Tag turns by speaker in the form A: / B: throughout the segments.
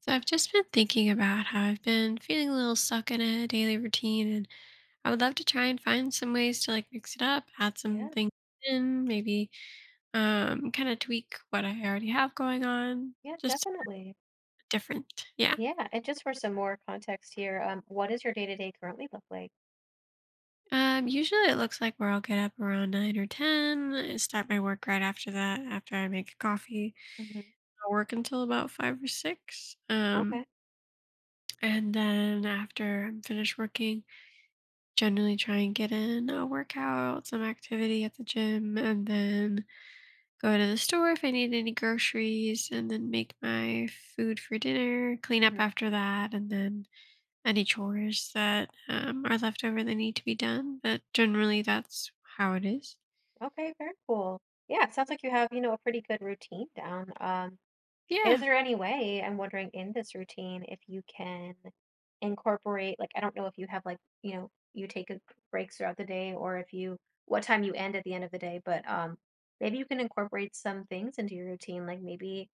A: So I've just been thinking about how I've been feeling a little stuck in a daily routine, and I would love to try and find some ways to like mix it up, add some
B: Yeah,
A: things in, maybe kind of tweak what I already have going on,
B: yeah,
A: just
B: definitely.
A: different. Yeah.
B: Yeah, and just for some more context here, what does your day-to-day currently look like?
A: Usually it looks like where I'll get up around nine or ten, and start my work right after that. After I make coffee,
B: hmm
A: I'll work until about five or six,
B: Okay.
A: and then after I'm finished working. Generally try and get in a workout, some activity at the gym, and then go to the store if I need any groceries, and then make my food for dinner, clean up
B: hmm
A: after that, and then any chores that are left over that need to be done. But generally, that's how it is.
B: Okay, very cool. Yeah, it sounds like you have, you know, a pretty good routine down. Is
A: Yeah.
B: there any way, I'm wondering, in this routine, if you can incorporate, like, I don't know if you have like, you know, you take a breaks throughout the day, or if you what time you end at the end of the day, but maybe you can incorporate some things into your routine, like maybe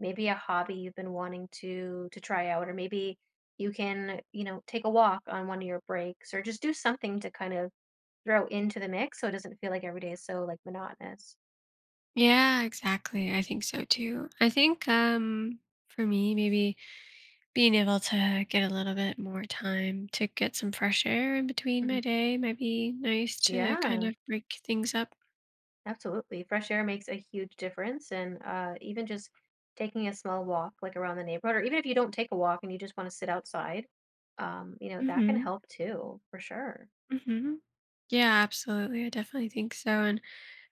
B: maybe a hobby you've been wanting to try out, or maybe you can, you know, take a walk on one of your breaks, or just do something to kind of throw into the mix so it doesn't feel like every day is so like monotonous.
A: Yeah, exactly. I think so too. I think for me maybe being able to get a little bit more time to get some fresh air in between
B: Mhm.
A: my day might be nice to kind
B: Yeah,
A: of break things up.
B: absolutely, fresh air makes a huge difference. And even just taking a small walk like around the neighborhood, or even if you don't take a walk and you just want to sit outside, you know, that can
A: Hmm.
B: help too for sure.
A: Hmm. Yeah, absolutely. I definitely think so. And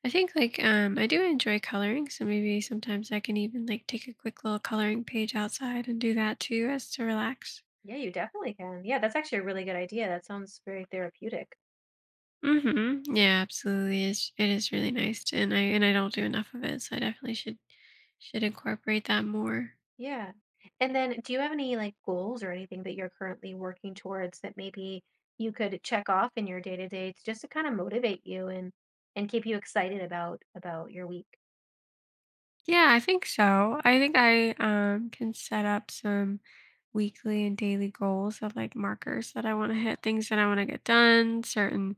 A: I think like I do enjoy coloring, so maybe sometimes I can even like take a quick little coloring page outside and do that too as to relax.
B: Yeah, you definitely can. Yeah, that's actually a really good idea. That sounds very therapeutic.
A: Hmm. Yeah, absolutely. It is really nice to, and I don't do enough of it, so I definitely should incorporate that more.
B: Yeah. And then do you have any like goals or anything that you're currently working towards that maybe you could check off in your day to day, to just to kind of motivate you and keep you excited about your week?
A: Yeah, I think so. I think I can set up some weekly and daily goals of like markers that I want to hit, things that I want to get done, certain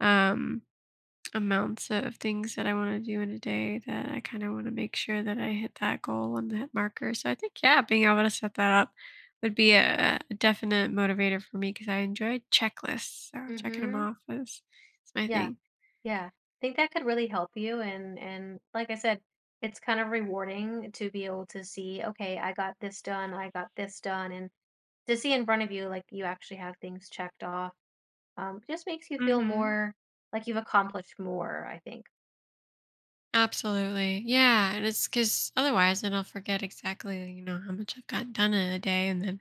A: um amounts of things that I want to do in a day that I kind of want to make sure that I hit that goal and that marker. So I think yeah, being able to set that up would be a definite motivator for me because I enjoy checklists. So checking them
B: Mm-hmm.
A: off is my
B: Yeah.
A: thing.
B: Yeah. I think that could really help you. And like I said, it's kind of rewarding to be able to see, okay, I got this done, I got this done, and to see in front of you like you actually have things checked off, just makes you feel
A: Mhm.
B: more like you've accomplished more, I think.
A: Absolutely. Yeah. And it's because otherwise then I'll forget exactly, you know, how much I've gotten done in a day. And then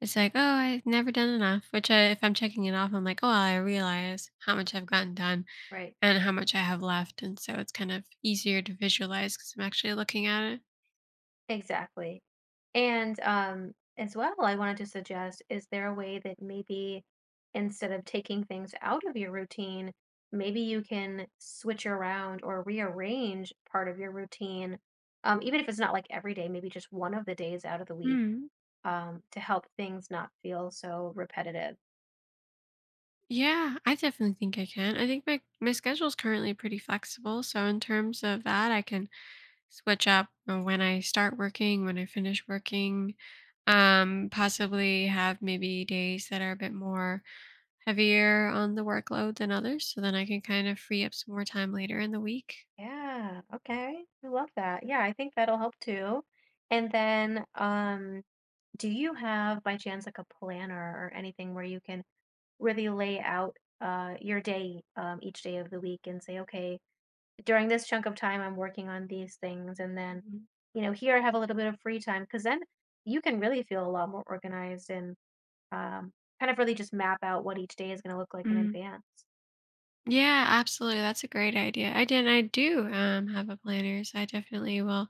A: it's like, oh, I've never done enough, which I, if I'm checking it off, I'm like, oh, I realize how much I've gotten done
B: Right.
A: and how much I have left. And so it's kind of easier to visualize because I'm actually looking at it.
B: Exactly. And, as well, I wanted to suggest, is there a way that maybe instead of taking things out of your routine, maybe you can switch around or rearrange part of your routine, even if it's not like every day, maybe just one of the days out of the week,
A: Hmm.
B: to help things not feel so repetitive.
A: Yeah, I definitely think I can. I think my schedule's currently pretty flexible, so in terms of that, I can switch up when I start working, when I finish working. Possibly have maybe days that are a bit more heavier on the workload than others, so then I can kind of free up some more time later in the week.
B: Yeah. Okay. I love that. Yeah. I think that'll help too. And then, do you have, by chance, like a planner or anything where you can really lay out your day, each day of the week, and say, okay, during this chunk of time, I'm working on these things. And then,
A: Mhm.
B: you know, here I have a little bit of free time, because then you can really feel a lot more organized and, um, kind of really just map out what each day is going to look like in
A: Mm.
B: advance.
A: Yeah, absolutely. That's a great idea. I did. I do have a planner, so I definitely will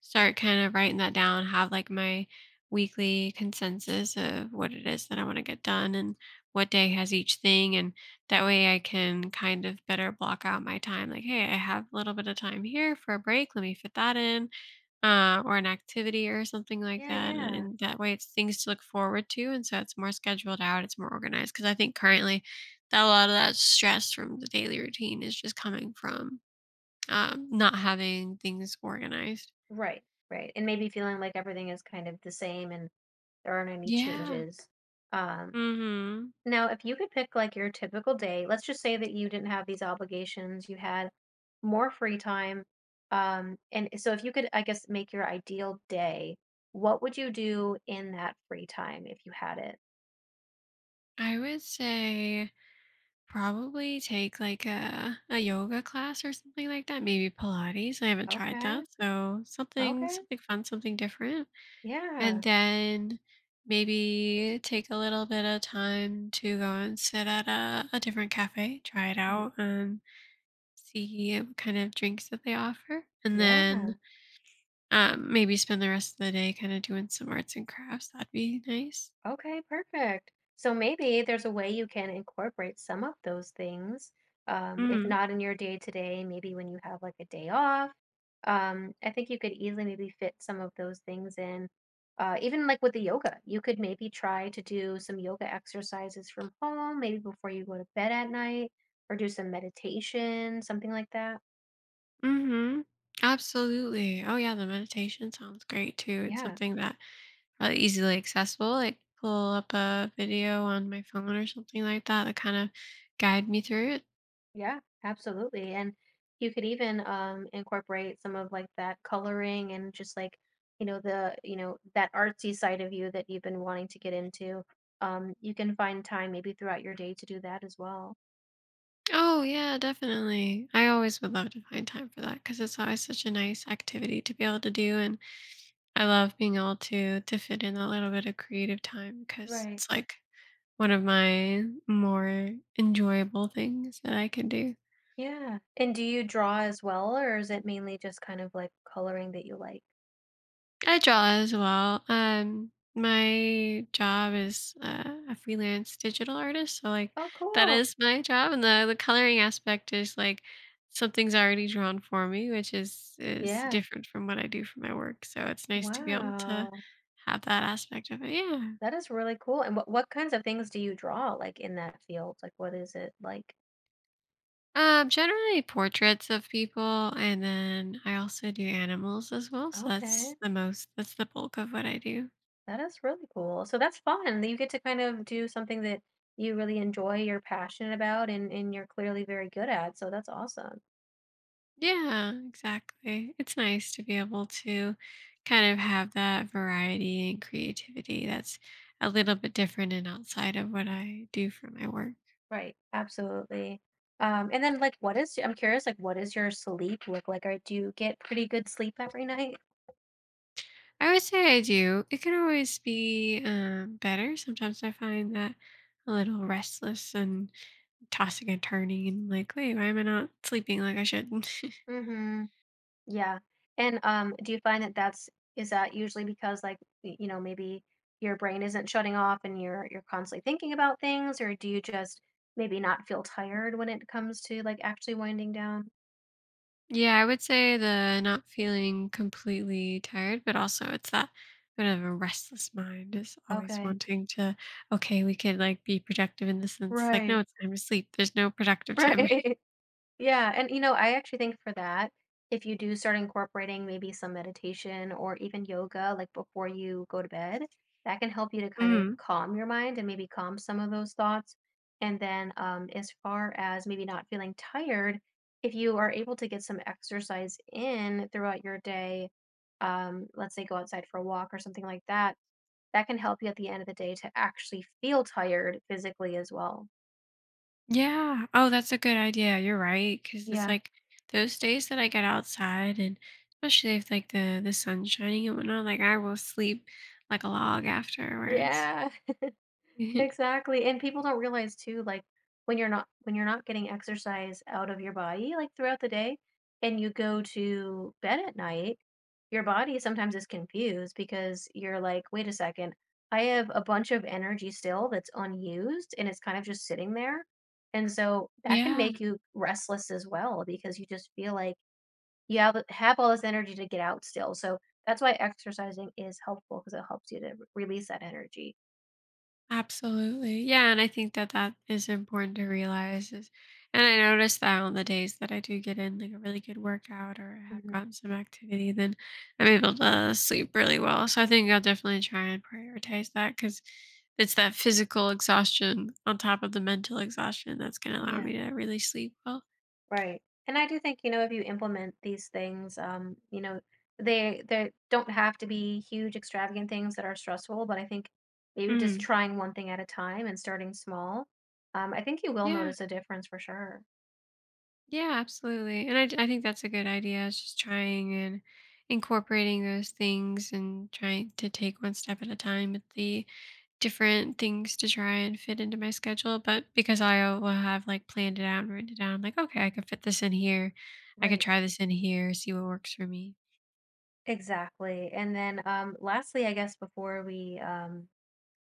A: start kind of writing that down. Have like my weekly consensus of what it is that I want to get done and what day has each thing, and that way I can kind of better block out my time. Like, hey, I have a little bit of time here for a break. Let me fit that in or an activity or something like
B: Yeah,
A: that. And, and that way it's things to look forward to. And so it's more scheduled out, it's more organized. Cause I think currently that a lot of that stress from the daily routine is just coming from not having things organized.
B: Right, right. And maybe feeling like everything is kind of the same and there aren't any
A: Yeah.
B: changes. Um,
A: Mm-hmm.
B: Now, if you could pick like your typical day, let's just say that you didn't have these obligations, you had more free time. And so if you could, I guess, make your ideal day, what would you do in that free time if you had it?
A: I would say probably take like a yoga class or something like that. Maybe Pilates. I haven't tried that.
B: Okay.
A: So something,
B: Okay.
A: something fun, something different. And
B: Yeah.
A: then maybe take a little bit of time to go and sit at a different cafe, try it
B: Mhm.
A: out, and see what kind of drinks that they offer. And then
B: Yeah.
A: maybe spend the rest of the day kind of doing some arts and crafts. That'd be nice.
B: Okay, perfect. So maybe there's a way you can incorporate some of those things. If
A: Mm
B: not in your day to day, maybe when you have like a day off. I think you could easily maybe fit some of those things in. Even like with the yoga, you could maybe try to do some yoga exercises from home, maybe before you go to bed at night, or do some meditation, something like that.
A: hmm. Absolutely. Oh, yeah. The meditation sounds great too. It's
B: Yeah.
A: something that probably easily accessible. Like pull up a video on my phone or something like that that kind of guide me through it.
B: Yeah, absolutely. And you could even incorporate some of like that coloring and just like, you know, you know, that artsy side of you that you've been wanting to get into. You can find time maybe throughout your day to do that as well.
A: Oh yeah, definitely. I always would love to find time for that because it's always such a nice activity to be able to do, and I love being able to fit in a little bit of creative time because
B: Right.
A: it's like one of my more enjoyable things that I could do.
B: Yeah. And do you draw as well, or is it mainly just kind of like coloring that you like?
A: I draw as well. My job is a freelance digital artist, so like
B: Oh,
A: that
B: cool.
A: is my job, and the coloring aspect is like something's already drawn for me, which is
B: Yeah.
A: different from what I do for my work. So it's nice to be able to
B: Wow.
A: have that aspect of it. Yeah.
B: That is really cool. And what kinds of things do you draw like in that field? Like what is it like?
A: Generally portraits of people, and then I also do animals as well. So
B: Okay.
A: that's the most. That's the bulk of what I do.
B: That is really cool. So that's fun. That You get to kind of do something that you really enjoy, you're passionate about, and, you're clearly very good at. So that's awesome.
A: Yeah, exactly. It's nice to be able to kind of have that variety and creativity that's a little bit different and outside of what I do for my work.
B: Right. Absolutely. And then like what is I'm curious, like what does your sleep look like? Or do you get pretty good sleep every night?
A: I would say I do. It can always be better. Sometimes I find that a little restless and tossing and turning and like, wait, why am I not sleeping like I should?
B: Mm-hmm. Yeah. And do you find that that's is that usually because like you know, maybe your brain isn't shutting off and you're constantly thinking about things, or do you just maybe not feel tired when it comes to like actually winding down?
A: Yeah, I would say the not feeling completely tired, but also it's that bit of a restless mind is always
B: Okay.
A: wanting to, okay, we could like be productive in the sense like, no,
B: Right.
A: it's time to sleep. There's no productive time. Right.
B: Right. Yeah. And, you know, I actually think for that, if you do start incorporating maybe some meditation or even yoga, like before you go to bed, that can help you to kind of
A: Mm.
B: calm your mind and maybe calm some of those thoughts. And then, as far as maybe not feeling tired, if you are able to get some exercise in throughout your day, let's say go outside for a walk or something like that, that can help you at the end of the day to actually feel tired physically as well.
A: Yeah. Oh, that's a good idea. You're right. Cause it's
B: Yeah.
A: like those days that I get outside and especially if like the sun's shining and whatnot, like I will sleep like a log afterwards.
B: Yeah, exactly. And people don't realize too, like when you're not getting exercise out of your body like throughout the day and you go to bed at night, your body sometimes is confused, because you're like, wait a second, I have a bunch of energy still that's unused and it's kind of just sitting there. And so that can
A: Yeah.
B: make you restless as well, because you just feel like you have, all this energy to get out still. So that's why exercising is helpful, because it helps you to release that energy.
A: Absolutely. Yeah, and I think that that is important to realize is and I notice that on the days that I do get in like a really good workout or I have gotten some activity, then I'm able to sleep really well. So I think I'll definitely try and prioritize that because it's that physical exhaustion on top of the mental exhaustion that's going to allow
B: Yeah,
A: me to really sleep well.
B: right. And I do think, you know, if you implement these things, you know, they don't have to be huge extravagant things that are stressful, but I think maybe just
A: Mm.
B: trying one thing at a time and starting small, I think you will
A: Yeah.
B: notice a difference for sure.
A: Yeah, absolutely. And I think that's a good idea. Is just trying and incorporating those things and trying to take one step at a time with the different things to try and fit into my schedule. But because will have like planned it out and written it down, I'm like, okay, I could fit this in here. I could
B: Right.
A: try this in here, see what works for me.
B: Exactly. And then lastly, I guess, before we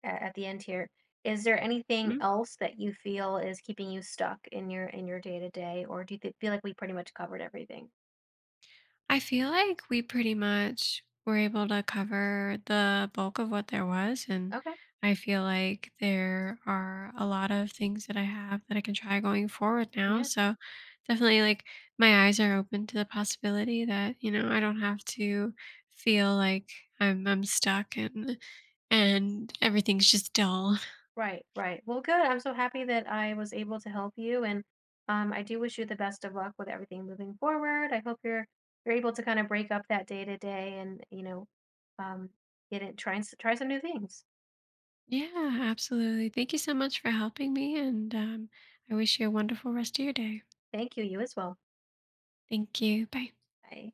B: at the end here, is there anything else that you feel is keeping you stuck in your day to day, or do you th feel like we pretty much covered everything?
A: I feel like we pretty much were able to cover the bulk of what there was. And
B: Okay.
A: I feel like there are a lot of things that I have that I can try going forward now.
B: Yeah.
A: So definitely, like, my eyes are open to the possibility that, you know, I don't have to feel like I'm stuck and everything's just dull.
B: Right, right. Well, good. I'm so happy that I was able to help you, and I do wish you the best of luck with everything moving forward. I hope you're able to kind of break up that day to day, and you know, um, get it. Try and try some new things.
A: Yeah, absolutely. Thank you so much for helping me and I wish you a wonderful rest of your day.
B: Thank you. You as well.
A: Thank you. Bye.
B: Bye.